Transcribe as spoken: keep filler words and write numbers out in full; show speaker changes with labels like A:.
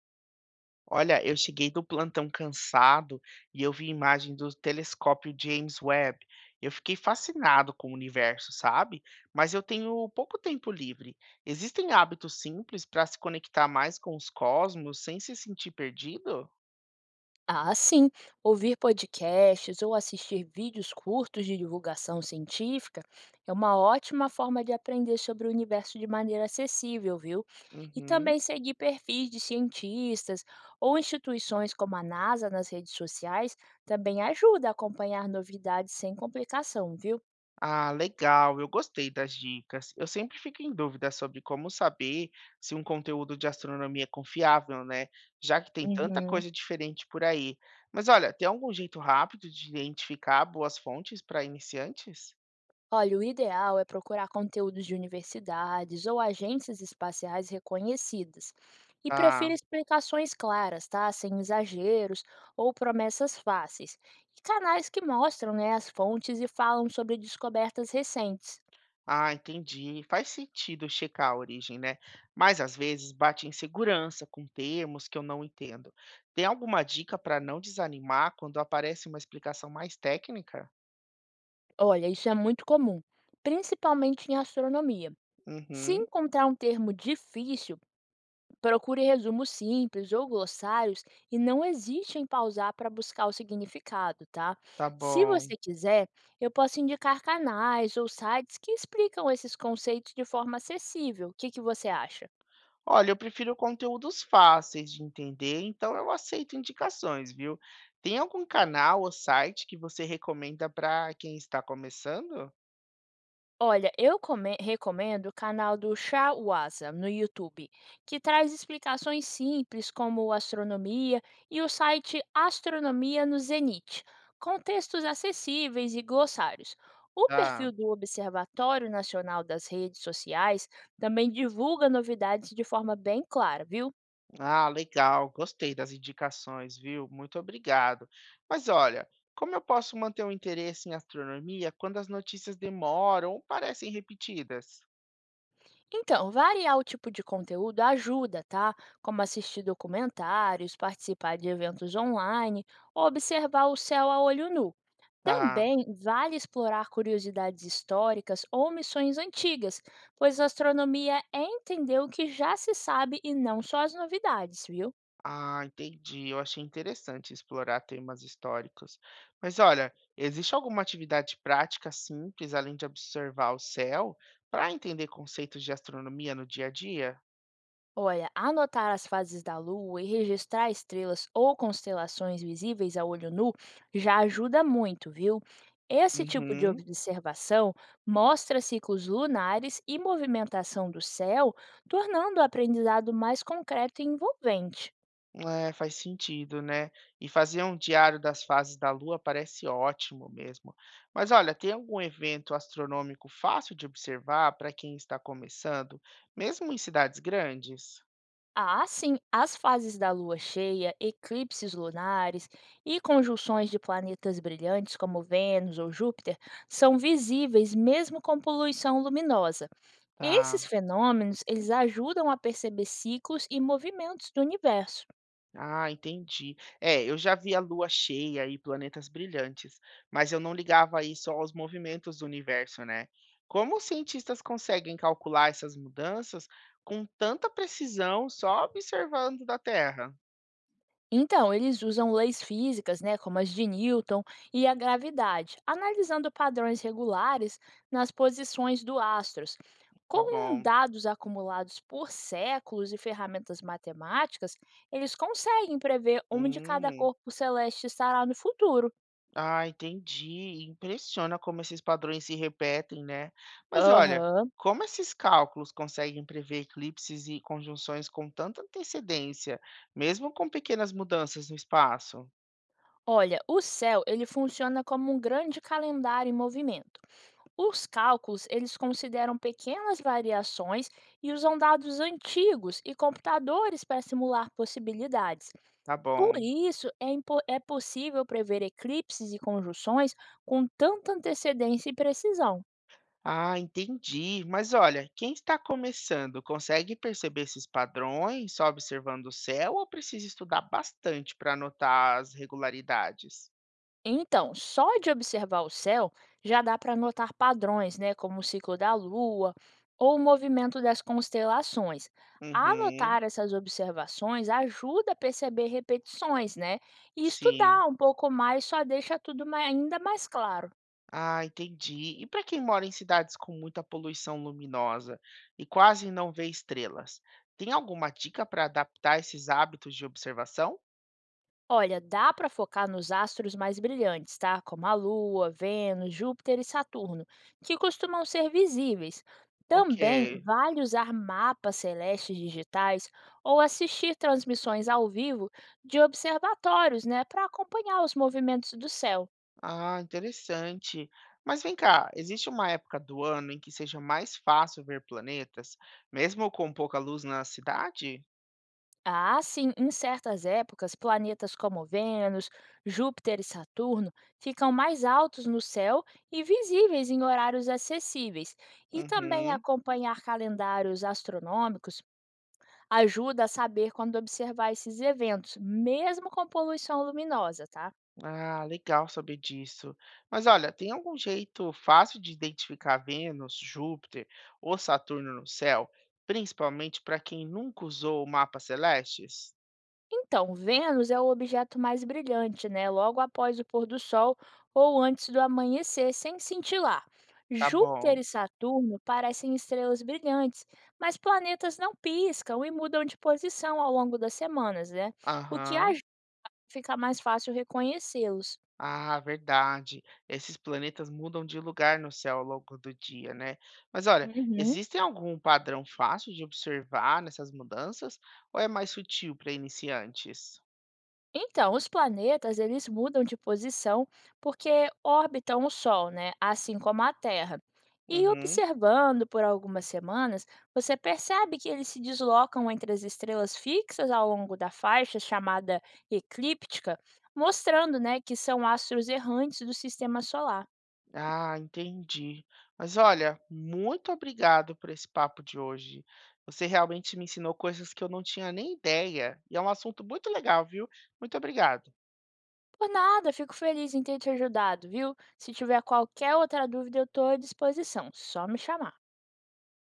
A: Olha, eu cheguei do plantão cansado e eu vi imagem do telescópio James Webb. Eu fiquei fascinado com o universo, sabe? Mas eu tenho pouco tempo livre. Existem hábitos simples para se conectar mais com os cosmos sem se sentir perdido?
B: Ah, sim. Ouvir podcasts ou assistir vídeos curtos de divulgação científica é uma ótima forma de aprender sobre o universo de maneira acessível, viu? E
A: Uhum.
B: também seguir perfis de cientistas ou instituições como a NASA nas redes sociais também ajuda a acompanhar novidades sem complicação, viu?
A: Ah, legal, eu gostei das dicas. Eu sempre fico em dúvida sobre como saber se um conteúdo de astronomia é confiável, né? Já que tem tanta
B: Uhum.
A: coisa diferente por aí. Mas olha, tem algum jeito rápido de identificar boas fontes para iniciantes?
B: Olha, o ideal é procurar conteúdos de universidades ou agências espaciais reconhecidas. E prefira
A: Ah,
B: explicações claras, tá? Sem exageros ou promessas fáceis. E canais que mostram, né, as fontes e falam sobre descobertas recentes.
A: ah, entendi. Faz sentido checar a origem, né? Mas às vezes bate insegurança com termos que eu não entendo. Tem alguma dica para não desanimar quando aparece uma explicação mais técnica?
B: Olha, isso é muito comum, principalmente em astronomia. Se
A: Uhum,
B: encontrar um termo difícil, procure resumos simples ou glossários e não hesite em pausar para buscar o significado, tá?
A: tá
B: Se
A: bom.
B: você quiser, eu posso indicar canais ou sites que explicam esses conceitos de forma acessível. O que, que você acha?
A: Olha, eu prefiro conteúdos fáceis de entender, então eu aceito indicações, viu? Tem algum canal ou site que você recomenda para quem está começando?
B: Olha, eu come- recomendo o canal do Shawasa no YouTube, que traz explicações simples como astronomia e o site Astronomia no Zenit, com textos acessíveis e glossários. O
A: Ah,
B: perfil do Observatório Nacional das Redes Sociais também divulga novidades de forma bem clara, viu?
A: ah, legal, gostei das indicações, viu? Muito obrigado. Mas olha, como eu posso manter o interesse em astronomia quando as notícias demoram ou parecem repetidas?
B: Então, variar o tipo de conteúdo ajuda, tá? Como assistir documentários, participar de eventos online, ou observar o céu a olho nu.
A: Tá.
B: Também vale explorar curiosidades históricas ou missões antigas, pois a astronomia é entender o que já se sabe e não só as novidades, viu?
A: Ah, entendi. Eu achei interessante explorar temas históricos. Mas olha, existe alguma atividade prática simples, além de observar o céu, para entender conceitos de astronomia no dia a dia?
B: Olha, anotar as fases da Lua e registrar estrelas ou constelações visíveis a olho nu já ajuda muito, viu? Esse tipo de
A: Uhum.
B: observação mostra ciclos lunares e movimentação do céu, tornando o aprendizado mais concreto e envolvente.
A: É, faz sentido, né? E fazer um diário das fases da Lua parece ótimo mesmo. Mas olha, tem algum evento astronômico fácil de observar para quem está começando, mesmo em cidades grandes?
B: Ah, sim, as fases da lua cheia, eclipses lunares e conjunções de planetas brilhantes como Vênus ou Júpiter são visíveis mesmo com poluição luminosa.
A: Tá.
B: Esses fenômenos, eles ajudam a perceber ciclos e movimentos do universo.
A: Ah, entendi. É, eu já vi a lua cheia e planetas brilhantes, mas eu não ligava isso aos movimentos do universo, né? Como os cientistas conseguem calcular essas mudanças com tanta precisão só observando da Terra?
B: Então, eles usam leis físicas, né, como as de Newton e a gravidade, analisando padrões regulares nas posições dos astros.
A: Tá
B: Com
A: bom.
B: dados acumulados por séculos e ferramentas matemáticas, eles conseguem prever onde cada
A: Hum,
B: corpo celeste estará no futuro.
A: ah, entendi. Impressiona como esses padrões se repetem, né? Mas olha,
B: Aham.
A: como esses cálculos conseguem prever eclipses e conjunções com tanta antecedência, mesmo com pequenas mudanças no espaço?
B: Olha, o céu, ele funciona como um grande calendário em movimento. Os cálculos, eles consideram pequenas variações e usam dados antigos e computadores para simular possibilidades.
A: Tá
B: Por
A: bom.
B: isso, é, impo- é possível prever eclipses e conjunções com tanta antecedência e precisão.
A: Ah, entendi. Mas olha, quem está começando consegue perceber esses padrões só observando o céu ou precisa estudar bastante para notar as regularidades?
B: Então, só de observar o céu já dá para notar padrões, né, como o ciclo da Lua ou o movimento das constelações.
A: Uhum,
B: Anotar essas observações ajuda a perceber repetições, né? E
A: sim.
B: estudar um pouco mais só deixa tudo ma- ainda mais claro.
A: Ah, entendi. E para quem mora em cidades com muita poluição luminosa e quase não vê estrelas, tem alguma dica para adaptar esses hábitos de observação?
B: Olha, dá para focar nos astros mais brilhantes, tá? Como a Lua, Vênus, Júpiter e Saturno, que costumam ser visíveis.
A: Ok.
B: Também vale usar mapas celestes digitais ou assistir transmissões ao vivo de observatórios, né, para acompanhar os movimentos do céu.
A: Ah, interessante. Mas vem cá, existe uma época do ano em que seja mais fácil ver planetas, mesmo com pouca luz na cidade?
B: Ah, sim, em certas épocas, planetas como Vênus, Júpiter e Saturno ficam mais altos no céu e visíveis em horários acessíveis. E também
A: Uhum.
B: acompanhar calendários astronômicos ajuda a saber quando observar esses eventos, mesmo com poluição luminosa, tá?
A: Ah, legal saber disso. Mas olha, tem algum jeito fácil de identificar Vênus, Júpiter ou Saturno no céu, principalmente para quem nunca usou o mapa celestes?
B: Então, Vênus é o objeto mais brilhante, né? Logo após o pôr do sol ou antes do amanhecer, sem cintilar.
A: Tá bom.
B: Júpiter e Saturno parecem estrelas brilhantes, mas planetas não piscam e mudam de posição ao longo das semanas, né? O que
A: Aham.
B: ajuda a ficar mais fácil reconhecê-los.
A: Ah, verdade. Esses planetas mudam de lugar no céu ao longo do dia, né? Mas olha,
B: Uhum.
A: existe algum padrão fácil de observar nessas mudanças ou é mais sutil para iniciantes?
B: Então, os planetas, eles mudam de posição porque orbitam o Sol, né? Assim como a Terra. E
A: Uhum.
B: observando por algumas semanas, você percebe que eles se deslocam entre as estrelas fixas ao longo da faixa chamada eclíptica, mostrando, né, que são astros errantes do sistema solar.
A: Ah, entendi. Mas olha, muito obrigado por esse papo de hoje. Você realmente me ensinou coisas que eu não tinha nem ideia e é um assunto muito legal, viu? Muito obrigado.
B: Por nada, fico feliz em ter te ajudado, viu? Se tiver qualquer outra dúvida, eu estou à disposição. Só me chamar.